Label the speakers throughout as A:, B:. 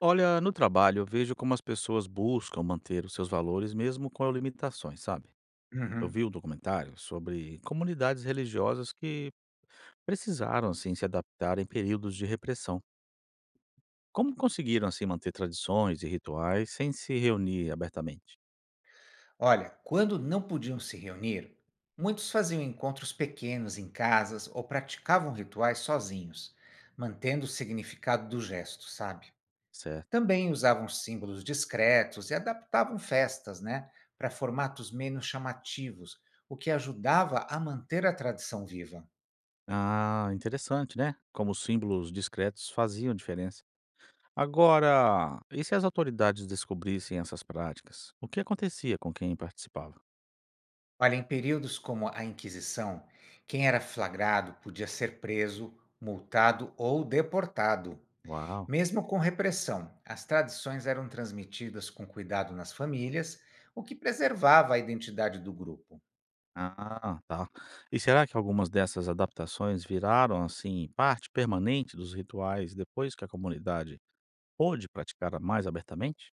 A: Olha, no trabalho eu vejo como as pessoas buscam manter os seus valores mesmo com limitações, sabe? Eu
B: Uhum.
A: vi um documentário sobre comunidades religiosas que precisaram assim se adaptar em períodos de repressão. Como conseguiram assim manter tradições e rituais sem se reunir abertamente?
B: Olha, quando não podiam se reunir, muitos faziam encontros pequenos em casas ou praticavam rituais sozinhos, mantendo o significado do gesto, sabe?
A: Certo.
B: Também usavam símbolos discretos e adaptavam festas, né, para formatos menos chamativos, o que ajudava a manter a tradição viva.
A: Ah, interessante, né? Como símbolos discretos faziam diferença. Agora, e se as autoridades descobrissem essas práticas? O que acontecia com quem participava?
B: Olha, em períodos como a Inquisição, quem era flagrado podia ser preso, multado ou deportado.
A: Uau.
B: Mesmo com repressão, as tradições eram transmitidas com cuidado nas famílias, o que preservava a identidade do grupo.
A: Ah, tá. E será que algumas dessas adaptações viraram, assim, parte permanente dos rituais depois que a comunidade pôde praticar mais abertamente?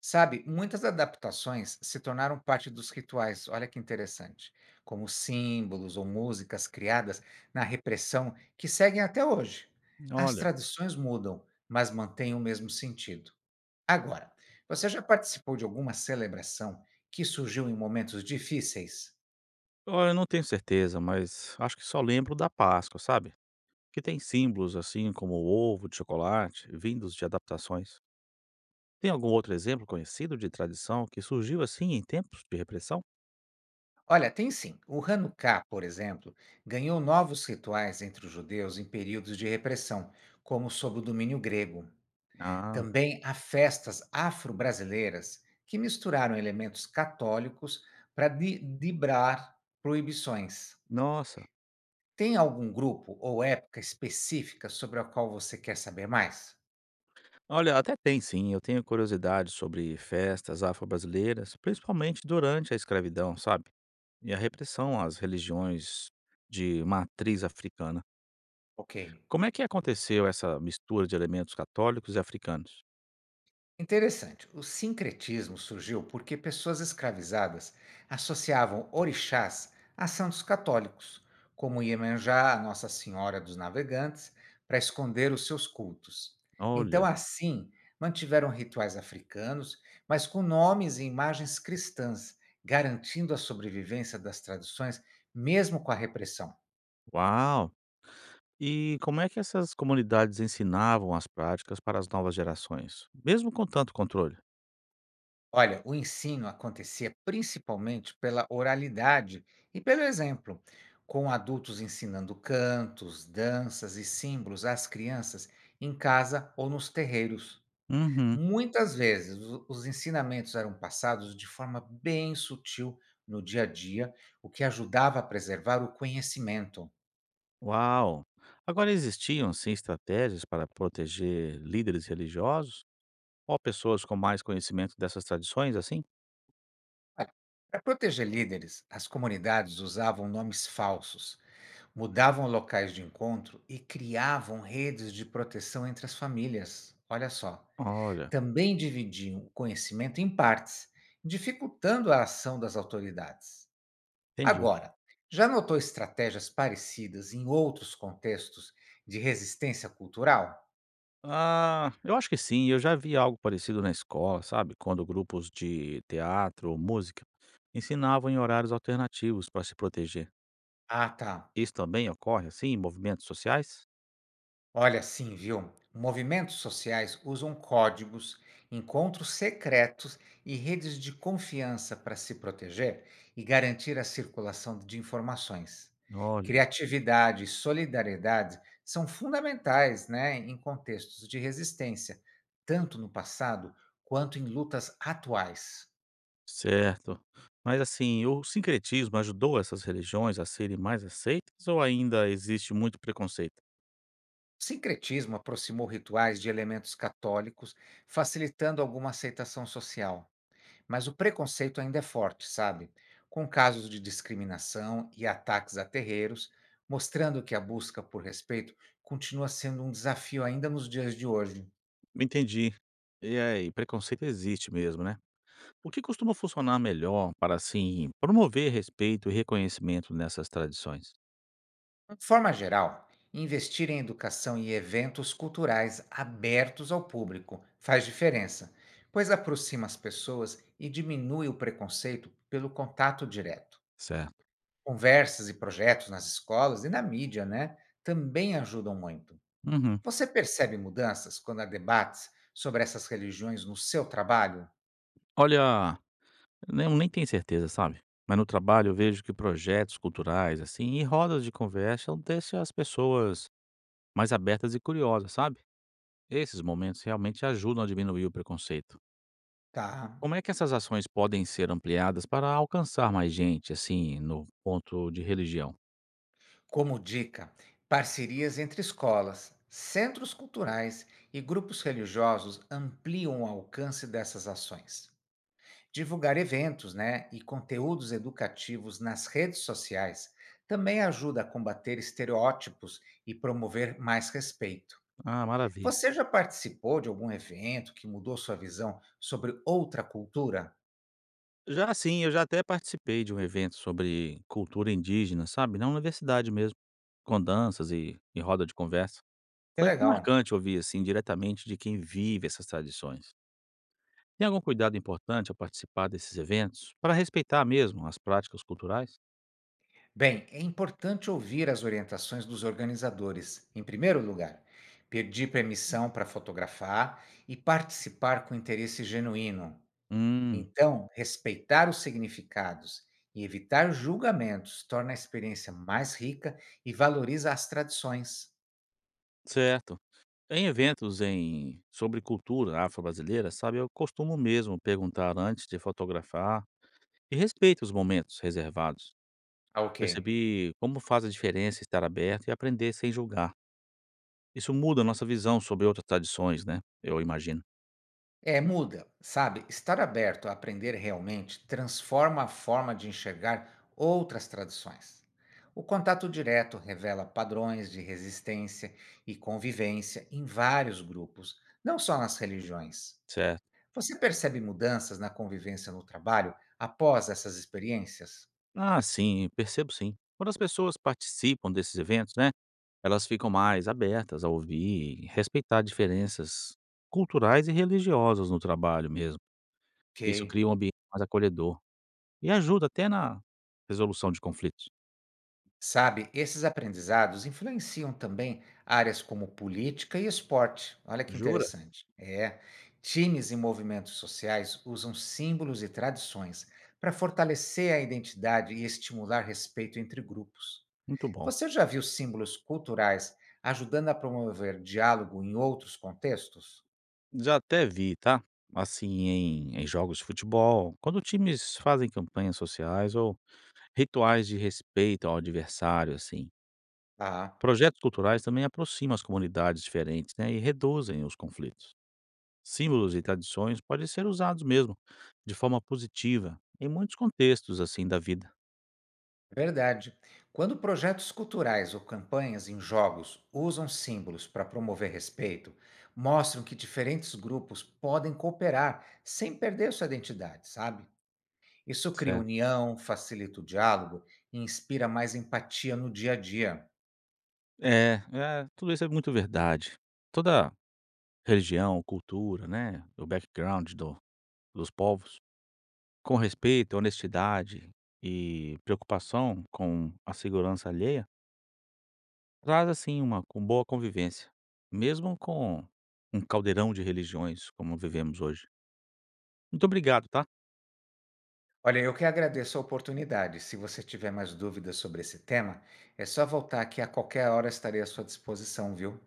B: Sabe, muitas adaptações se tornaram parte dos rituais, olha que interessante, como símbolos ou músicas criadas na repressão que seguem até hoje. As
A: Olha,
B: tradições mudam, mas mantêm o mesmo sentido. Agora, você já participou de alguma celebração que surgiu em momentos difíceis?
A: olha, eu não tenho certeza, mas acho que só lembro da Páscoa, sabe? Que tem símbolos assim como o ovo de chocolate, vindos de adaptações. Tem algum outro exemplo conhecido de tradição que surgiu assim em tempos de repressão?
B: Olha, tem sim. O Hanukkah, por exemplo, ganhou novos rituais entre os judeus em períodos de repressão, como sob o domínio grego.
A: Ah,
B: Também há festas afro-brasileiras que misturaram elementos católicos para driblar proibições.
A: nossa.
B: Tem algum grupo ou época específica sobre a qual você quer saber mais?
A: Olha, até tem sim. Eu tenho curiosidade sobre festas afro-brasileiras, principalmente durante a escravidão, sabe? E a repressão às religiões de matriz africana.
B: Ok.
A: Como é que aconteceu essa mistura de elementos católicos e africanos?
B: Interessante. O sincretismo surgiu porque pessoas escravizadas associavam orixás a santos católicos, como Iemanjá, a Nossa Senhora dos Navegantes, para esconder os seus cultos. Então,
A: Olha,
B: assim, mantiveram rituais africanos, mas com nomes e imagens cristãs, garantindo a sobrevivência das tradições, mesmo com a repressão.
A: uau! E como é que essas comunidades ensinavam as práticas para as novas gerações, mesmo com tanto controle?
B: Olha, o ensino acontecia principalmente pela oralidade e pelo exemplo, com adultos ensinando cantos, danças e símbolos às crianças em casa ou nos terreiros.
A: Uhum,
B: Muitas vezes, os ensinamentos eram passados de forma bem sutil no dia a dia, o que ajudava a preservar o conhecimento.
A: uau! Agora existiam sim estratégias para proteger líderes religiosos? Ó, pessoas com mais conhecimento dessas tradições, assim?
B: Para proteger líderes, as comunidades usavam nomes falsos. Mudavam locais de encontro e criavam redes de proteção entre as famílias. Olha só.
A: Olha,
B: Também dividiam o conhecimento em partes, dificultando a ação das autoridades.
A: entendi.
B: Agora, já notou estratégias parecidas em outros contextos de resistência cultural?
A: Ah, eu acho que sim, eu já vi algo parecido na escola, sabe? Quando grupos de teatro ou música ensinavam em horários alternativos para se proteger.
B: Ah, tá.
A: Isso também ocorre, assim, em movimentos sociais?
B: Olha, sim, viu? Movimentos sociais usam códigos, encontros secretos e redes de confiança para se proteger e garantir a circulação de informações.
A: Olha,
B: Criatividade e solidariedade são fundamentais, né, em contextos de resistência, tanto no passado quanto em lutas atuais.
A: certo. Mas assim, o sincretismo ajudou essas religiões a serem mais aceitas ou ainda existe muito preconceito?
B: O sincretismo aproximou rituais de elementos católicos, facilitando alguma aceitação social. Mas o preconceito ainda é forte, sabe? Com casos de discriminação e ataques a terreiros, mostrando que a busca por respeito continua sendo um desafio ainda nos dias de hoje.
A: Entendi. E aí, preconceito existe mesmo, né? O que costuma funcionar melhor para, assim, promover respeito e reconhecimento nessas tradições?
B: De forma geral, investir em educação e eventos culturais abertos ao público faz diferença, pois aproxima as pessoas e diminui o preconceito pelo contato direto.
A: Certo.
B: Conversas e projetos nas escolas e na mídia, né, também ajudam muito.
A: Uhum.
B: Você percebe mudanças quando há debates sobre essas religiões no seu trabalho?
A: Olha, eu nem tenho certeza, sabe? Mas no trabalho eu vejo que projetos culturais, assim, e rodas de conversa deixam as pessoas mais abertas e curiosas, sabe? Esses momentos realmente ajudam a diminuir o preconceito.
B: Tá.
A: Como é que essas ações podem ser ampliadas para alcançar mais gente, assim, no ponto de religião?
B: Como dica, parcerias entre escolas, centros culturais e grupos religiosos ampliam o alcance dessas ações. Divulgar eventos, né, e conteúdos educativos nas redes sociais também ajuda a combater estereótipos e promover mais respeito.
A: Ah, maravilha.
B: Você já participou de algum evento que mudou sua visão sobre outra cultura?
A: Já sim, eu já até participei de um evento sobre cultura indígena, sabe, na universidade mesmo, com danças e roda de conversa.
B: Que
A: Foi até
B: legal!
A: marcante ouvir, assim, diretamente de quem vive essas tradições. Tem algum cuidado importante ao participar desses eventos, para respeitar mesmo as práticas culturais?
B: Bem, é importante ouvir as orientações dos organizadores. Em primeiro lugar, pedir permissão para fotografar e participar com interesse genuíno.
A: Hum,
B: Então, respeitar os significados e evitar julgamentos torna a experiência mais rica e valoriza as tradições.
A: certo. Em eventos sobre cultura afro-brasileira, sabe, eu costumo mesmo perguntar antes de fotografar e respeito os momentos reservados.
B: Ah, ok.
A: Percebi como faz a diferença estar aberto e aprender sem julgar. Isso muda a nossa visão sobre outras tradições, né? Eu imagino.
B: É, muda, sabe? Estar aberto a aprender realmente transforma a forma de enxergar outras tradições. O contato direto revela padrões de resistência e convivência em vários grupos, não só nas religiões.
A: Certo.
B: Você percebe mudanças na convivência no trabalho após essas experiências?
A: Ah, sim, percebo sim. Quando as pessoas participam desses eventos, né? Elas ficam mais abertas a ouvir e respeitar diferenças culturais e religiosas no trabalho mesmo.
B: Ok.
A: Isso cria um ambiente mais acolhedor e ajuda até na resolução de conflitos.
B: Sabe, esses aprendizados influenciam também áreas como política e esporte. Olha que
A: Jura?
B: interessante. É, times e movimentos sociais usam símbolos e tradições para fortalecer a identidade e estimular respeito entre grupos.
A: Muito bom.
B: Você já viu símbolos culturais ajudando a promover diálogo em outros contextos?
A: Já até vi, tá? Assim, em jogos de futebol, quando times fazem campanhas sociais ou rituais de respeito ao adversário, assim.
B: Ah.
A: Projetos culturais também aproximam as comunidades diferentes, né? E reduzem os conflitos. Símbolos e tradições podem ser usados mesmo de forma positiva em muitos contextos, assim, da vida.
B: Verdade. Quando projetos culturais ou campanhas em jogos usam símbolos para promover respeito, mostram que diferentes grupos podem cooperar sem perder sua identidade, sabe? Isso cria
A: Certo.
B: união, facilita o diálogo e inspira mais empatia no dia a dia.
A: É, é, tudo isso é muito verdade. Toda religião, cultura, né? O background do, dos povos com respeito, honestidade e preocupação com a segurança alheia, traz assim uma com boa convivência, mesmo com um caldeirão de religiões como vivemos hoje. Muito obrigado, tá?
B: Olha, eu que agradeço a oportunidade. Se você tiver mais dúvidas sobre esse tema, é só voltar aqui a qualquer hora. Estarei à sua disposição, viu?